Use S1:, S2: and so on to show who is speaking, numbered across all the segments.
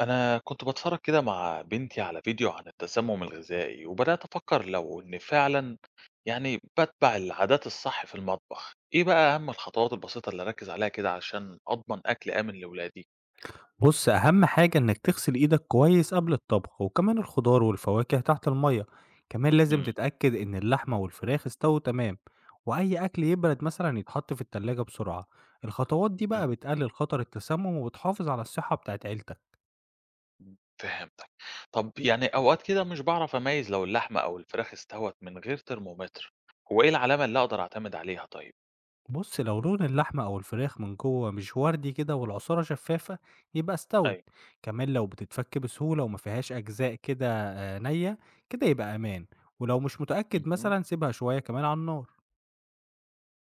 S1: أنا كنت باتفرج كده مع بنتي على فيديو عن التسمم الغذائي وبدأت أفكر لو إن فعلا يعني بتبع العادات الصح في المطبخ، إيه بقى أهم الخطوات البسيطة اللي أركز عليها كده عشان أضمن أكل آمن لولادي؟
S2: بص أهم حاجة إنك تغسل إيدك كويس قبل الطبخ وكمان الخضار والفواكه تحت المية. كمان لازم
S1: امم
S2: تتأكد إن اللحمة والفراخ استووا تمام، وأي أكل يبرد مثلا يتحط في التلاجة بسرعة. الخطوات دي
S1: أمم.
S2: بقى بتقلل خطر التسمم وبتحافظ على الصحة بتاعت عيلتك.
S1: فهمتك. طب يعني أوقات كده مش بعرف أميز لو اللحمة أو الفراخ استوت من غير ترمومتر، هو إيه العلامة اللي أقدر أعتمد عليها طيب؟
S2: بص لو لون اللحمة أو الفراخ من جوه مش وردي كده والعصارة شفافة يبقى استوت. كمان لو بتتفك بسهولة وما فيهاش أجزاء كده نية، كده يبقى أمان. ولو مش متأكد
S1: أيوه.
S2: مثلا سيبها شوية كمان على النار.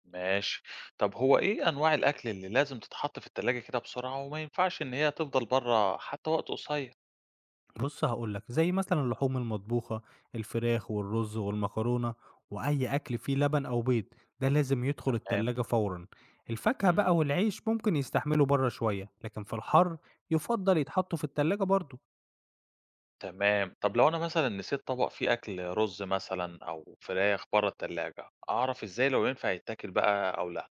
S1: ماشي. طب هو إيه أنواع الأكل اللي لازم تتحط في التلاجة كده بسرعة وما ينفعش إن هي تفضل برّه حتى وقت قصير؟
S2: بُص هاقول لك، زي مثلًا اللحوم المطبوخة، الفراخ والرز والمكرونة وأي أكل فيه لبن أو بيض، ده لازم يدخل
S1: تمام،
S2: التلاجة فورًا. الفاكهة بقى
S1: إمم،
S2: والعيش ممكن يستحملوا برّه شوية، لكن في الحر يُفضّل يتحطوا في التلاجة برضه.
S1: تمام. طب لو أنا مثلًا نسيت طبق فيه أكل رز مثلًا أو فراخ برّه التلاجة، أعرف إزاي لو ينفع يتاكل بقى أو لأ؟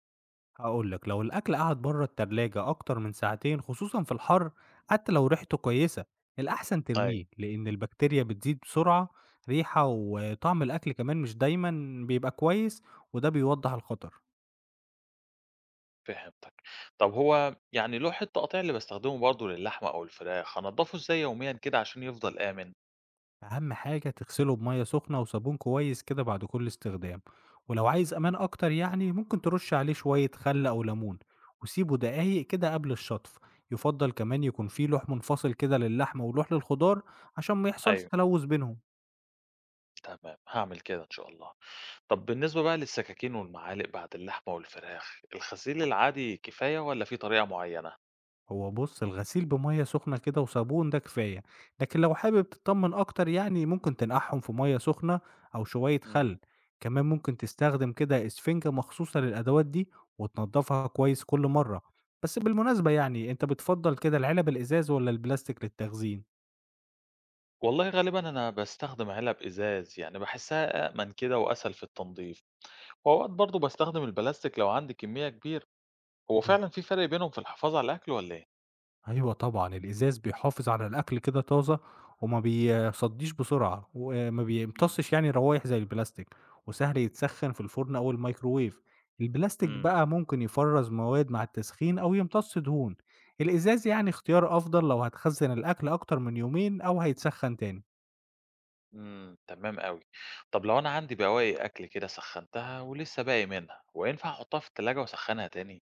S2: هاقول لك، لو الأكل قعد برّه التلاجة أكتر من ساعتين خصوصًا في الحر، حتى لو ريحته كويسة، الأحسن
S1: أيوه.
S2: ترميه لإن البكتيريا بتزيد بسرعة. ريحة وطعم الأكل كمان مش دايمًا بيبقى كويس وده بيوضّح الخطر.
S1: فهمتك. طب هو يعني لوح التقطيع اللي باستخدمه برضه للحمة أو الفراخ، هانضّفه إزاي يوميًا كده عشان يفضل آمن؟
S2: أهم حاجة تغسله بمية سخنة وصابون كويس كده بعد كل استخدام، ولو عايز أمان
S1: إمم.
S2: أكتر يعني ممكن ترش عليه شوية خل أو ليمون وسيبه دقايق كده قبل الشطف. يفضل كمان يكون فيه لوح منفصل كده للحمة ولوح للخضار عشان ما يحصلش
S1: أيوه،
S2: تلوث بينهم.
S1: تمام. هاعمل كده إن شاء الله. طب بالنسبة بقى للسكاكين والمعالق بعد اللحمة والفراخ، الغسيل العادي كفاية والّا في طريقة معينة؟
S2: هو بُص، الغسيل بمَيّة سخنة كده وصابون ده كفاية، لكن لو حابب تطمّن أكتر يعني ممكن تنقعهم في مَيّة سخنة أو شوية خل.
S1: إمم.
S2: كمان ممكن تستخدم كده إسفنجة مخصوصة للأدوات دي وتنضّفها كويس كل مرّة. بس بالمناسبة يعني أنت بتفضّل كده العلب الإزاز والّا البلاستيك للتخزين؟
S1: والله غالبًا أنا باستخدم علب إزاز، يعني باحسها أأمن كده وأسهل في التنضيف، وأوقات برضه باستخدم البلاستيك لو عندي كمية كبيرة، هو
S2: إمم.
S1: فعلًا في فرق بينهم في الحفاظ على الأكل والّا إيه؟
S2: أيوه طبعًا، الإزاز بيحافظ على الأكل كده طازة وما بيصدّيش بسرعة وما
S1: إمم،
S2: بيمتصش يعني روايح زي البلاستيك، وسهل يتسخّن في الفرن أو الميكروويف. البلاستيك
S1: إمم.
S2: بقى ممكن يفرّز مواد مع التسخين أو يمتص دهون. الإزاز يعني اختيار أفضل لو هتخزّن الأكل أكتر من يومين أو هيتسخّن تاني.
S1: إمم، تمام أوي. طب لو أنا عندي بواقي أكل كده سخّنتها ولسه باقي منها، هو ينفع أحطها في التلاجة وأسخّنها تاني؟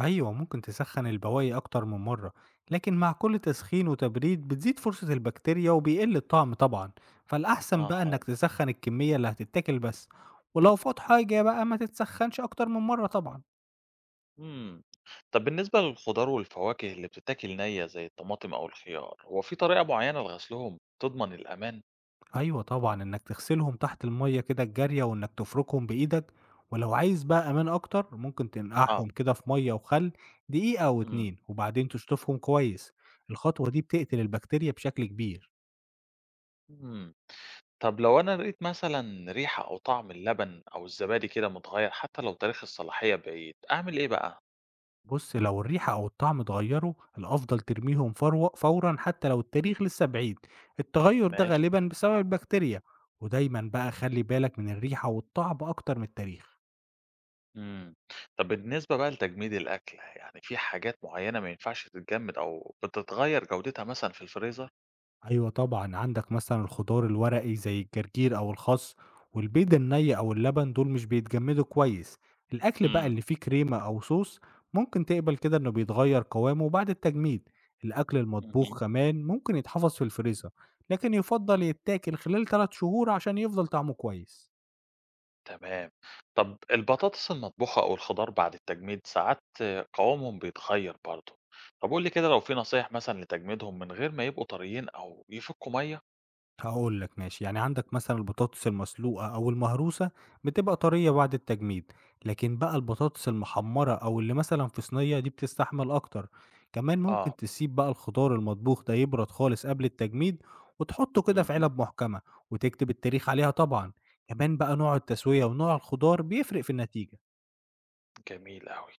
S2: أيوه، ممكن تسخّن البواقي أكتر من مرّة، لكن مع كل تسخين وتبريد بتزيد فرصة البكتيريا وبيقل الطعم طبعًا. فالأحسن بقى إنّك
S1: أها.
S2: تسخّن الكمية اللي هتتاكل بس، ولو فاض حاجة بقى ما تتسخّنش أكتر من مرّة طبعًا.
S1: إمم. طب بالنسبة للخضار والفواكه اللي بتتاكل نيّة زي الطماطم أو الخيار، هو في طريقة معيّنة لغسلهم تضمن الأمان؟
S2: أيوه طبعًا، إنّك تغسلهم تحت المَيّة كده الجارية وإنّك تفركهم بإيدك، ولو عايز بقى أمان أكتر ممكن
S1: آه.
S2: تنقعهم كده في مَيّة وخَل دقيقة أو
S1: إمم.
S2: 2 وبعدين تشطفهم كويس. الخطوة دي بتقتل البكتيريا بشكل كبير.
S1: إمم. طب لو أنا لقيت مثلًا ريحة أو طعم اللبن أو الزبادي كده متغيّر حتى لو تاريخ الصلاحية بعيد، أعمل إيه بقى؟
S2: بُص، لو الريحة أو الطعم اتغيّروا، الأفضل ترميهم فورًا حتى لو التاريخ لسه بعيد. التغيُّر ده
S1: ماشي.
S2: غالبًا بسبب البكتيريا، ودايمًا بقى خلِّ بالك من الريحة والطعم أكتر من التاريخ.
S1: إمم. طب بالنسبة بقى لتجميد الأكل، يعني في حاجات معيّنة ما ينفعش تتجمد أو بتتغيّر جودتها مثلًا في الفريزر؟
S2: أيوه طبعًا، عندك مثلًا الخضار الورقي زي الجرجير أو الخس، والبيض الني أو اللبن دول مش بيتجمدوا كويس. الأكل بقى
S1: إمم.
S2: اللي فيه كريمة أو صوص ممكن تقبل كده إنه بيتغير قوامه بعد التجميد. الأكل المطبوخ
S1: اهم.
S2: كمان ممكن يتحفظ في الفريزر، لكن يُفضّل يتاكل خلال 3 شهور عشان يفضل طعمه كويس.
S1: تمام. طب البطاطس المطبوخة أو الخضار بعد التجميد ساعات قوامهم بيتغير برضه. طب قُل لي كده لو في نصايح مثلًا لتجميدهم من غير ما يبقوا طريين أو يفكوا مَيّة؟
S2: هاقول لك ماشي، يعني عندك مثلًا البطاطس المسلوقة أو المهروسة بتبقى طرية بعد التجميد، لكن بقى البطاطس المحمرة أو اللي مثلًا في صينية دي بتستحمل أكتر. كمان ممكن
S1: آه.
S2: تسيب بقى الخضار المطبوخ ده يبرد خالص قبل التجميد وتحطه كده في
S1: اهم.
S2: علب محكمة وتكتب التاريخ عليها طبعًا. كمان بقى نوع التسوية ونوع الخضار بيفرق في النتيجة.
S1: جميل أوي.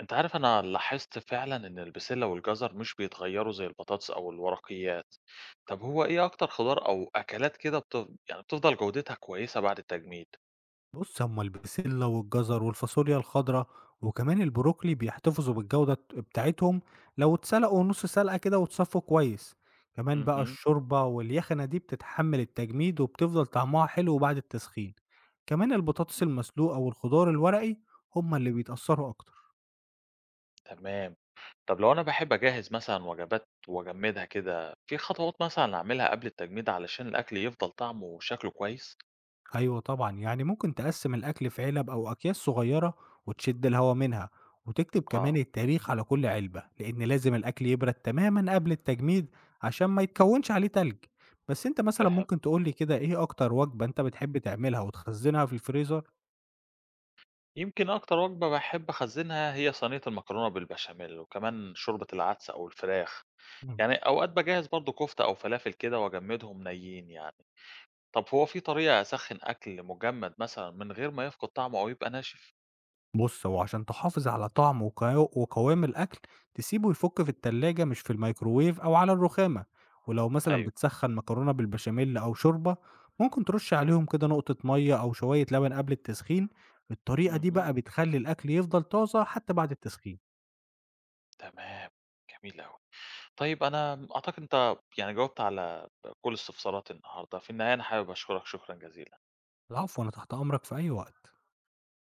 S1: أنت عارف أنا لاحظت فعلًا إن البسلة والجزر مش بيتغيروا زي البطاطس أو الورقيات. طب هو إيه أكتر خضار أو أكلات كده يعني بتفضل جودتها كويسة بعد التجميد؟
S2: بُص، هُم البسلة والجزر والفاصوليا الخضرا وكمان البروكلي بيحتفظوا بالجودة بتاعتهم لو اتسلقوا نُص سلقة كده واتصفّوا كويس. كمان بقى
S1: اهم.
S2: الشوربة واليخنة دي بتتحمّل التجميد وبتفضل طعمها حلو بعد التسخين. كمان البطاطس المسلوقة والخضار الورقي هُم اللي بيتأثّروا أكتر.
S1: تمام. طب لو أنا باحب أجهّز مثلًا وجبات وأجمّدها كده، في خطوات مثلًا أعملها قبل التجميد علشان الأكل يفضل طعمه وشكله كويس؟
S2: أيوه طبعًا، يعني ممكن تقسّم الأكل في علب أو أكياس صغيّرة وتشِد الهوا منها، وتكتب كمان
S1: آه،
S2: التاريخ على كل علبة، لإن لازم الأكل يبرد تمامًا قبل التجميد عشان ما يتكوّنش عليه تلج. بس أنت مثلًا
S1: فهمت.
S2: ممكن تقول لي كده إيه أكتر وجبة أنت بتحب تعملها وتخزّنها في الفريزر؟
S1: يمكن أكتر وجبة باحب أخزّنها هي صينية المكرونة بالبشاميل وكمان شوربة العدس أو الفراخ.
S2: إمم.
S1: يعني أوقات باجهّز برضه كفتة أو فلافل كده وأجمّدهم نيّين يعني. طب هو في طريقة أسخّن أكل مجمّد مثلًا من غير ما يفقد طعمه أو يبقى ناشف؟
S2: بُص، هو عشان تحافظ على طعم وقوام الأكل، تسيبه يفُك في التلاجة مش في الميكروويف أو على الرخامة، ولو مثلًا
S1: أيوه.
S2: بتسخّن مكرونة بالبشاميل أو شوربة، ممكن ترُش عليهم كده نقطة مَيّة أو شوية لبن قبل التسخين. الطريقة دي
S1: اهم،
S2: بقى بتخلّي الأكل يفضل طازة حتى بعد التسخين.
S1: تمام، جميل أوي. طيب أنا أعتقد أنت يعني جاوبت على كل استفساراتي النهارده، في النهاية أنا حابب أشكرك شكرًا جزيلًا.
S2: العفو، أنا تحت أمرك في أي وقت.